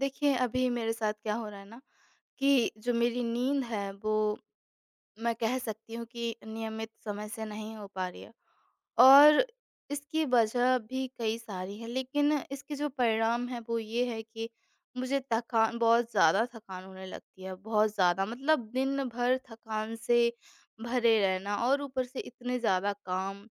देखिए, अभी मेरे साथ क्या हो रहा है ना कि जो मेरी नींद है वो मैं कह सकती हूँ कि नियमित समय से नहीं हो पा रही है। और इसकी वजह भी कई सारी है, लेकिन इसके जो परिणाम है वो ये है कि मुझे थकान, बहुत ज़्यादा थकान होने लगती है, बहुत ज़्यादा, मतलब दिन भर थकान से भरे रहना। और ऊपर से इतने ज़्यादा काम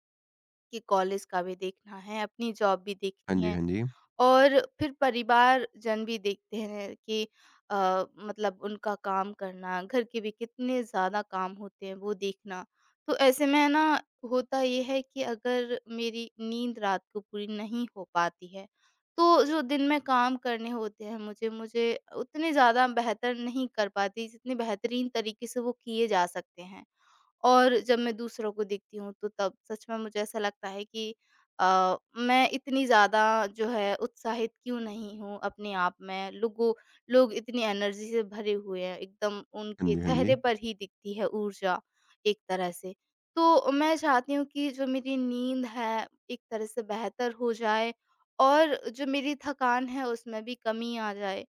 कि कॉलेज का भी देखना है, अपनी जॉब भी हाँ देखनी जी, है, हाँ जी। और फिर परिवारजन भी देखते हैं कि, मतलब उनका काम करना, घर के भी कितने ज़्यादा काम होते हैं वो देखना। तो ऐसे में है ना, होता ये है कि अगर मेरी नींद रात को पूरी नहीं हो पाती है, तो जो दिन में काम करने होते हैं मुझे उतने ज़्यादा बेहतर नहीं कर पाती जितने बेहतरीन तरीके से वो किए जा सकते हैं। और जब मैं दूसरों को देखती हूँ तो तब सच में मुझे ऐसा लगता है कि, मैं इतनी ज़्यादा जो है उत्साहित क्यों नहीं हूँ अपने आप में। लोग इतनी एनर्जी से भरे हुए हैं, एकदम हाँ उनके जी, हाँ जी। चेहरे पर ही दिखती है ऊर्जा एक तरह से। तो मैं चाहती हूँ कि जो मेरी नींद है एक तरह से बेहतर हो जाए और जो मेरी थकान है उसमें भी कमी आ जाए।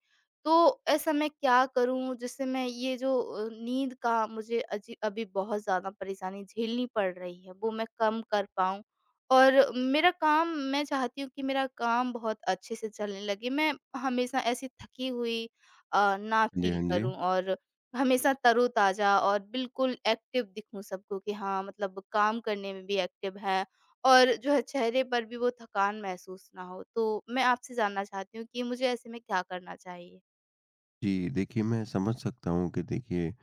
तो ऐसा मैं क्या करूँ जिससे मैं ये जो नींद का मुझे अजी अभी बहुत ज़्यादा परेशानी झेलनी पड़ रही है, वो मैं कम कर पाऊँ। और मेरा काम, मैं चाहती हूँ कि मेरा काम बहुत अच्छे से चलने लगे। मैं हमेशा ऐसी थकी हुई ना हाँ जी, फ़ील हाँ जी। करूँ, और हमेशा तरोताज़ा और बिल्कुल एक्टिव दिखूँ सबको कि हाँ, मतलब काम करने में भी एक्टिव है और जो है चेहरे पर भी वो थकान महसूस ना हो। तो मैं आपसे जानना चाहती हूँ कि मुझे ऐसे में क्या करना चाहिए? जी, देखिए मैं समझ सकता हूँ कि देखिए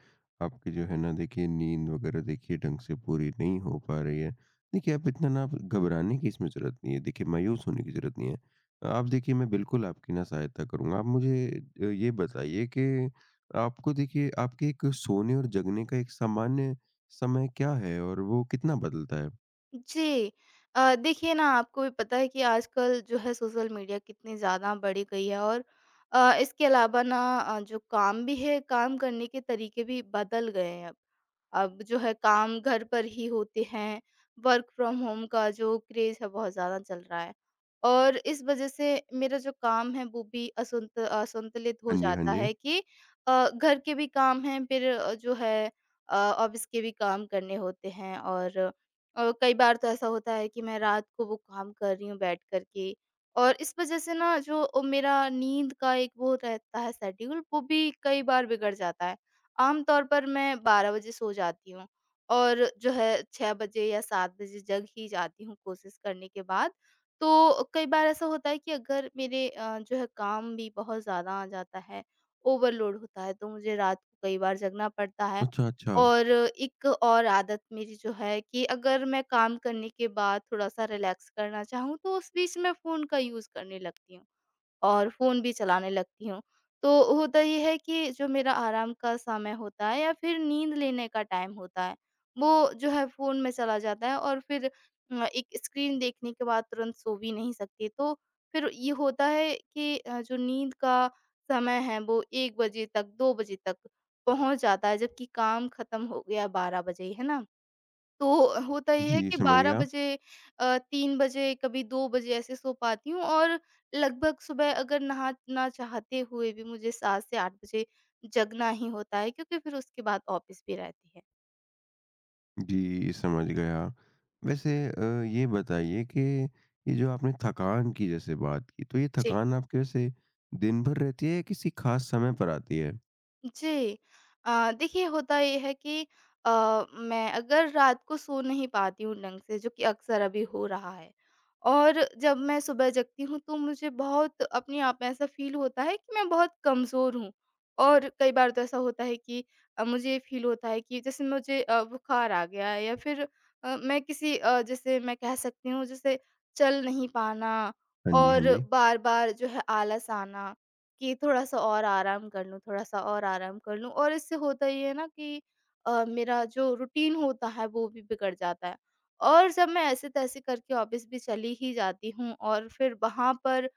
आपकी जो है ना देखिए नींद वग़ैरह देखिए ढंग से पूरी नहीं हो पा रही है। देखिए आप इतना ना आप घबराने की इसमें ज़रूरत नहीं है, देखिए मायूस होने की ज़रूरत नहीं है। आप देखिए मैं बिल्कुल आपकी ना सहायता करूँगा। आप मुझे ये बताइए कि आपको देखिए आपके एक सोने और जगने का एक सामान्य समय क्या है और वो कितना बदलता है? जी। देखिए ना, आपको भी पता है कि आजकल जो है सोशल मीडिया कितनी ज़्यादा बढ़ गई है, और इसके अलावा ना जो काम भी है, काम करने के तरीके भी बदल गए हैं अब। अब जो है काम घर पर ही होते हैं, वर्क फ्रॉम होम का जो क्रेज़ है बहुत ज़्यादा चल रहा है। और इस वज़ह से मेरा जो काम है वो भी असुंत असंतुलित हो हाँ जी, हाँ जाता जी। है कि घर के भी काम हैं, फिर जो है ऑफ़िस के भी काम करने होते हैं, और कई बार तो ऐसा होता है कि मैं रात को वो काम कर रही हूँ बैठ कर के, और इस वज़ह से ना जो मेरा नींद का एक वो रहता है शेड्यूल, वो भी कई बार बिगड़ जाता है। आमतौर पर मैं 12 बजे सो जाती हूँ, और जो है 6 बजे या 7 बजे जग ही जाती हूँ कोशिश करने के बाद। तो कई बार ऐसा होता है कि अगर मेरे जो है काम भी बहुत ज़्यादा आ जाता है, ओवरलोड होता है, तो मुझे रात को कई बार जगना पड़ता है। अच्छा, अच्छा। और एक और आदत मेरी जो है कि अगर मैं काम करने के बाद थोड़ा-सा रिलैक्स करना चाहूँ, तो उस बीच में फ़ोन का यूज़ करने लगती हूँ। और फ़ोन भी चलाने लगती हूँ। तो होता ये है कि जो मेरा आराम का समय होता है या फिर नींद लेने का टाइम होता है, वो जो है फ़ोन में चला जाता है, और फिर एक स्क्रीन देखने के बाद तुरंत सो भी नहीं सकती। तो फिर ये होता है कि जो नींद का समय है वो 1 बजे तक, 2 बजे तक पहुँच जाता है, जबकि काम खत्म हो गया 12 बजे, है ना? तो होता ये है जी, कि समझ 12 गया। बजे, 3 बजे, कभी 2 बजे ऐसे सो पाती हूँ, और लगभग सुबह अगर नहाना चाहते हुए भी, मुझे 7 से 8 बजे जगना ही होता है, क्योंकि फिर उसके बाद ऑफिस भी रहती है। जी, समझ गया। वैसे ये बताइए कि ये जो आपने थकान की जैसे बात की, तो ये जी। थकान आपके वैसे दिन भर रहती है या किसी ख़ास समय पर आती है? जी। अ, देखिए, होता ये है कि मैं अगर रात को सो नहीं पाती हूँ ढंग से, जो कि अक्सर अभी हो रहा है, और जब मैं सुबह जगती हूँ, तो मुझे बहुत अपने आप में ऐसा फ़ील होता है कि मैं बहुत कमज़ोर हूँ। और कई बार तो ऐसा होता है कि मुझे फ़ील होता है कि जैसे मुझे बुखार आ गया है, या फिर मैं किसी जैसे मैं कह सकती हूँ, जैसे चल नहीं पाना, हाँ जी, हाँ और जी। बार-बार जो है आलस आना कि थोड़ा-सा और आराम कर लूँ, थोड़ा-सा और आराम कर लूँ, और इससे होता ये है ना कि मेरा जो रूटीन होता है वो भी बिगड़ जाता है। और जब मैं ऐसे-तैसे करके ऑफ़िस भी चली ही जाती हूँ, और फिर वहाँ पर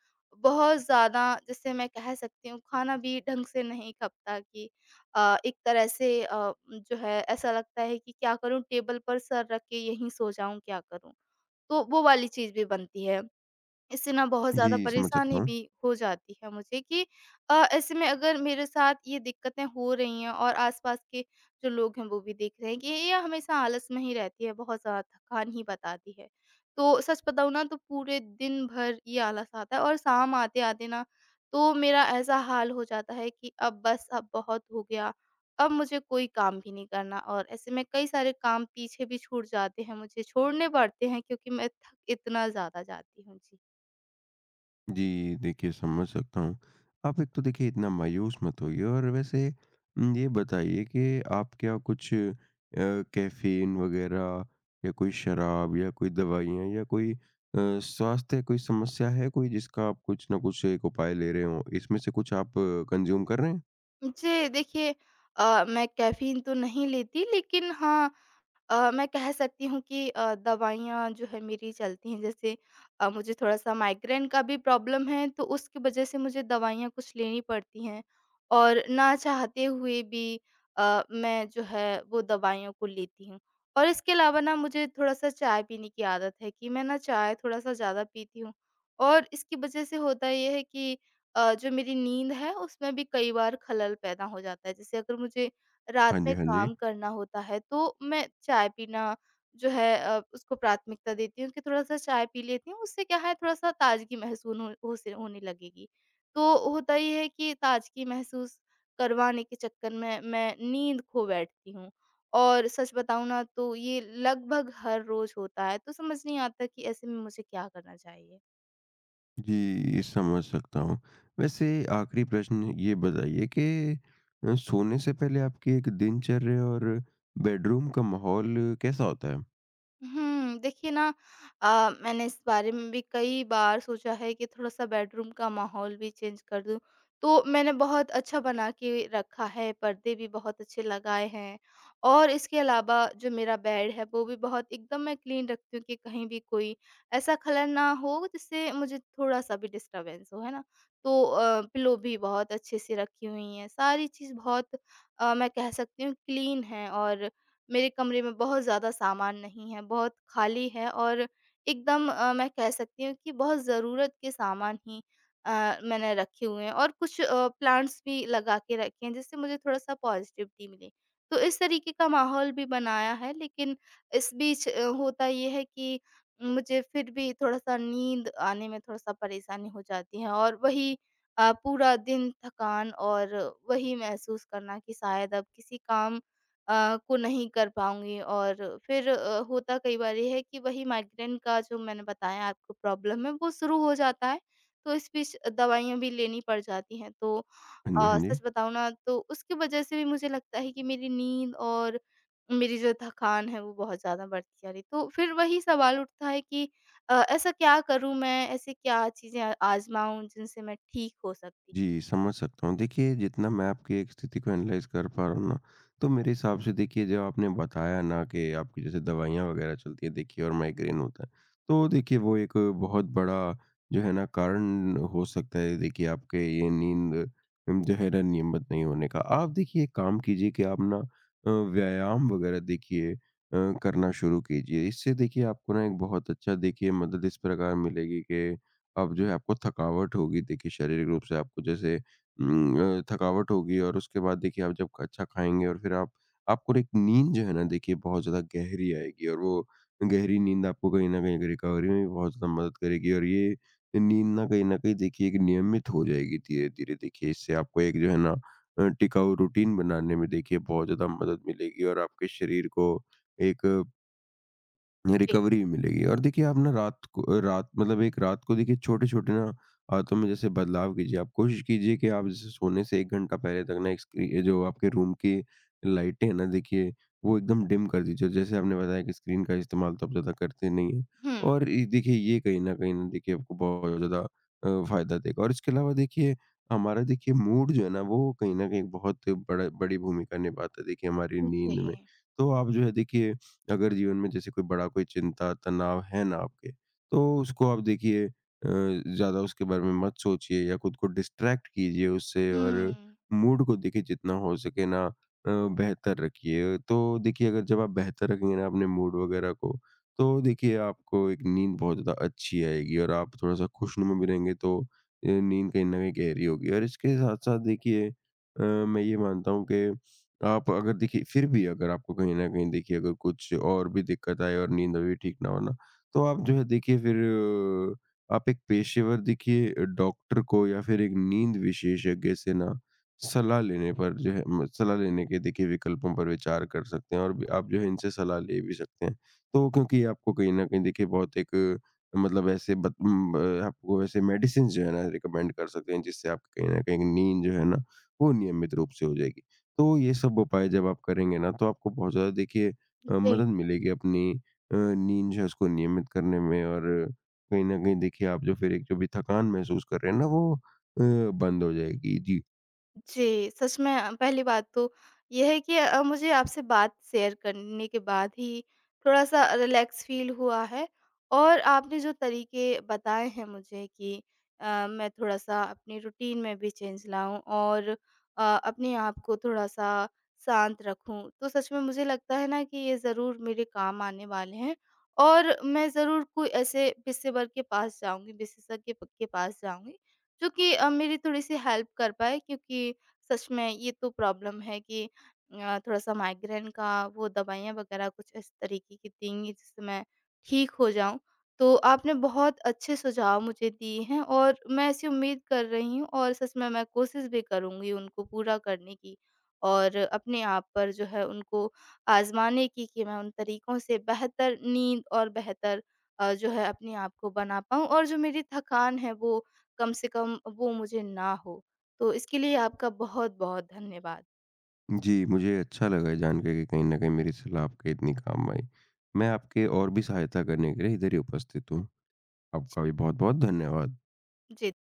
बहुत ज़्यादा, जैसे मैं कह सकती हूँ, खाना भी ढंग से नहीं खपता कि एक तरह से जो है ऐसा लगता है कि क्या करूँ, टेबल पर सर रख के यहीं सो जाऊँ, क्या करूँ? तो वो वाली चीज़ भी बनती है। इससे ना बहुत ज़्यादा जी, समझ सकता परेशानी हूँ। भी हो जाती है मुझे कि ऐसे में अगर मेरे साथ ये दिक्कतें हो रही हैं, और आसपास के जो लोग हैं वो भी देख रहे हैं कि ये हमेशा आलस में ही रहती है, बहुत ज़्यादा थकान ही बताती है। तो सच बताऊँ ना, तो पूरे दिन भर ये आलस आता है, और शाम आते-आते ना तो मेरा ऐसा हाल हो जाता है कि अब बस, अब बहुत हो गया, अब मुझे कोई काम भी नहीं करना, और ऐसे में कई सारे काम पीछे भी छूट जाते हैं, मुझे छोड़ने पड़ते हैं, क्योंकि मैं थक इतना ज़्यादा जाती हूँ। जी। जी, देखिए समझ सकता हूँ। आप एक तो देखिए इतना मायूस मत होइए और वैसे ये बताइए कि आप क्या कुछ कैफ़ीन वग़ैरह या कोई शराब या कोई दवाइयाँ या कोई स्वास्थ्य कोई समस्या है कोई जिसका आप कुछ न कुछ एक उपाय ले रहे हों? इसमें से कुछ आप कंज़्यूम कर रहे हैं? जी, देखिए, मैं कैफ़ीन तो नहीं लेती, लेकिन हाँ, मैं कह सकती हूँ कि दवाइयाँ जो है मेरी चलती हैं। जैसे मुझे थोड़ा-सा माइग्रेन का भी प्रॉब्लम है, तो उसकी वजह से मुझे दवाइयाँ कुछ लेनी पड़ती हैं, और ना चाहते हुए भी मैं जो है वो दवाइयों को लेती हूँ। और इसके अलावा ना मुझे थोड़ा-सा चाय पीने की आदत है, कि मैं ना चाय थोड़ा-सा ज़्यादा पीती हूँ, और इसकी वजह से होता ये है कि जो मेरी नींद है उसमें भी कई बार खलल पैदा हो जाता है। जैसे अगर मुझे रात हाँ जी, में हाँ जी। काम करना होता है तो मैं चाय पीना जो है उसको प्राथमिकता देती हूँ कि थोड़ा-सा चाय पी लेती हूँ, उससे क्या है थोड़ा-सा ताज़गी महसूस हो से होने लगेगी। तो होता ये है कि ताज़गी महसूस करवाने के चक्कर में मैं नींद खो बैठती हूँ, और सच बताऊँ ना तो ये लगभग हर रोज़ होता है, तो समझ नहीं आता कि ऐसे में मुझे क्या करना चाहिए? जी, समझ सकता हूँ। वैसे आखिरी प्रश्न ये बताइए कि सोने से पहले आपकी एक दिनचर्या और बेडरूम का माहौल कैसा होता है? देखिए ना, मैंने इस बारे में भी कई बार सोचा है कि थोड़ा-सा बेडरूम का माहौल भी चेंज कर दूँ। तो मैंने बहुत अच्छा बना के रखा है, पर्दे भी बहुत अच्छे लगाए हैं, और इसके अलावा जो मेरा बेड है, वो भी बहुत एकदम मैं क्लीन रखती हूँ कि कहीं भी कोई ऐसा खलल ना हो, जिससे मुझे थोड़ा-सा भी डिस्टर्बेंस हो, है ना? तो पिलो भी बहुत अच्छे से रखी हुई हैं, सारी चीज़ बहुत, मैं कह सकती हूँ, क्लीन है, और मेरे कमरे में बहुत ज़्यादा सामान नहीं है, बहुत खाली है, और एकदम, मैं कह सकती हूँ कि बहुत ज़रूरत के सामान ही अ, मैंने रखे हुए हैं, और कुछ प्लांट्स भी लगा के रखे हैं, जिससे मुझे थोड़ा-सा पॉज़िटिविटी मिले। तो इस तरीके का माहौल भी बनाया है, लेकिन इस बीच होता ये है कि मुझे फिर भी थोड़ा-सा नींद आने में थोड़ा-सा परेशानी हो जाती है, और वही पूरा दिन थकान, और वही महसूस करना कि शायद अब किसी काम को नहीं कर पाऊँगी, और फिर होता कई बार ये है कि वही माइग्रेन का जो मैंने बताया आपको प्रॉब्लम है, वो शुरू हो जाता है, तो इस बीच दवाइयाँ भी लेनी पड़ जाती हैं। तो हाँ जी, हाँ जी। सच बताऊँ ना, तो उसकी वज़ह से भी मुझे लगता है कि मेरी नींद और मेरी जो थकान है वो बहुत ज़्यादा बढ़ती जा रही है। तो फिर वही सवाल उठता है कि ऐसा क्या करूँ मैं? ऐसी क्या चीज़ें आज़माऊँ जिनसे मैं ठीक हो सकती? जी, समझ सकता हूँ। देखिए, जितना मैं आपकी एक स्थिति को एनालाइज़ कर पा रहा हूँ ना, तो मेरे हिसाब से देखिए जब आपने बताया ना कि आपकी जैसे दवाइयाँ वग़ैरह चलती हैं देखिए और माइग्रेन होता है, तो देखिए वो एक बहुत बड़ा जो है ना कारण हो सकता है देखिए आपके ये नींद जो है ना नियमित नहीं होने का। आप देखिए एक काम कीजिए कि आप ना व्यायाम वग़ैरह देखिए करना शुरू कीजिए। इससे देखिए आपको ना एक बहुत अच्छा देखिए मदद इस प्रकार मिलेगी कि अब जो है आपको थकावट होगी देखिए शारीरिक रूप से आपको जैसे थकावट होगी और उसके बाद देखिए आप जब अच्छा खाएँगे और फिर आप आपको एक नींद जो है ना देखिए बहुत ज़्यादा गहरी आएगी और वो गहरी नींद आपको कहीं न कहीं रिकवरी में भी बहुत ज़्यादा मदद करेगी और ये नींद ना कहीं न कहीं देखिए एक नियमित हो जाएगी धीरे-धीरे देखिए इससे आपको एक जो है ना टिकाऊ रूटीन बनाने में देखिए बहुत ज़्यादा मदद मिलेगी और आपके शरीर को एक जी। रिकवरी भी मिलेगी और देखिए आप ना रात को रात मतलब एक रात को देखिए छोटे-छोटे ना आदतों में जैसे बदलाव कीजिए। आप कोशिश कीजिए कि आप जैसे सोने से 1 घंटा पहले तक ना एक स्क्री ये जो आपके रूम की लाइटें हैं ना देखिए, वो एकदम डिम कर दीजिए। जैसे आपने बताया कि स्क्रीन का इस्तेमाल तो आप ज़्यादा करते नहीं हैं हुँ। और ये देखिए ये कहीं न देखिए आपको बहुत ज़्यादा फ़ायदा देगा और इसके अलावा देखिए हमारा देखिए मूड जो है ना वो कहीं न कहीं बहुत बड़ा बड़ी भूमिका निभाता है देखिए हमारी नींद में। जी। तो आप जो है देखिए अगर जीवन में जैसे कोई बड़ा कोई चिंता, तनाव है ना आपके, तो उसको आप देखिए ज़्यादा उसके बारे में मत सोचिए या खुद को डिस्ट्रैक्ट कीजिए उससे और हुँ। मूड को देखिए जितना हो सके ना बेहतर रखिए। तो देखिए अगर जब आप बेहतर रखेंगे ना अपने मूड वगैरह को, तो देखिए आपको एक नींद बहुत ज़्यादा अच्छी आएगी और आप थोड़ा-सा खुशनुमा भी रहेंगे तो नींद कहीं न कहीं गहरी होगी और इसके साथ-साथ देखिए मैं ये मानता हूँ कि आप अगर देखिए फिर भी अगर आपको कहीं न कहीं देखिए अगर कुछ और भी दिक्कत आए और नींद अभी ठीक ना हो ना, तो आप जो है देखिए फिर आप एक पेशेवर देखिए डॉक्टर को या फिर एक नींद विशेषज्ञ से ना सलाह लेने पर जो है म सलाह लेने के देखिए विकल्पों पर विचार कर सकते हैं और भी आप जो है इनसे सलाह ले भी सकते हैं। तो क्योंकि ये आपको कहीं न कहीं देखिए बहुत एक अ, मतलब ऐसे बत उम, अ, आपको ऐसे मेडिसिन्स जो है ना रिकमेंड कर सकते हैं जिससे आपकी कहीं न कहीं नींद जो है ना, वो नियमित रूप से हो जाएगी। तो ये सब उपाय जब आप करेंगे ना, तो आपको बहुत ज़्यादा देखिए जी। मदद मिलेगी अपनी नींद जो है उसको नियमित करने में और कहीं न कहीं देखिए आप जो फिर एक जो भी थकान महसूस कर रहे हैं ना वो बंद हो जाएगी। जी। जी, सच में पहली बात तो ये है कि मुझे आपसे बात शेयर करने के बाद ही थोड़ा-सा रिलैक्स फ़ील हुआ है, और आपने जो तरीके बताए हैं मुझे कि मैं थोड़ा-सा अपनी रूटीन में भी चेंज लाऊँ, और अपने आप को थोड़ा-सा शांत रखूँ, तो सच में मुझे लगता है ना कि ये ज़रूर मेरे काम आने वाले हैं। और मैं ज़रूर कोई ऐसे पेशेवर के पास जाऊँगी, विशेषज्ञ प के पास जाऊँगी, जो कि मेरी थोड़ी-सी हेल्प कर पाए, क्योंकि सच में ये तो प्रॉब्लम है कि थोड़ा-सा माइग्रेन का वो दवाइयाँ वगैरह कुछ इस तरीके की देंगी जिससे मैं ठीक हो जाऊँ। तो आपने बहुत अच्छे सुझाव मुझे दिए हैं, और मैं ऐसी उम्मीद कर रही हूँ, और सच में मैं कोशिश भी करूँगी उनको पूरा करने की, और अपने आप पर जो है उनको आज़माने की, कि मैं उन तरीकों से बेहतर नींद और बेहतर, जो है, अपने आप को बना पाऊँ, और जो मेरी थकान है वो कम से कम वो मुझे ना हो। तो इसके लिए आपका बहुत-बहुत धन्यवाद। जी, मुझे अच्छा लगा ये जानकर कि कहीं न कहीं मेरी सलाह आपके इतनी काम आई। मैं आपके और भी सहायता करने के लिए इधर ही उपस्थित हूँ। आपका जी। भी बहुत-बहुत धन्यवाद। जी।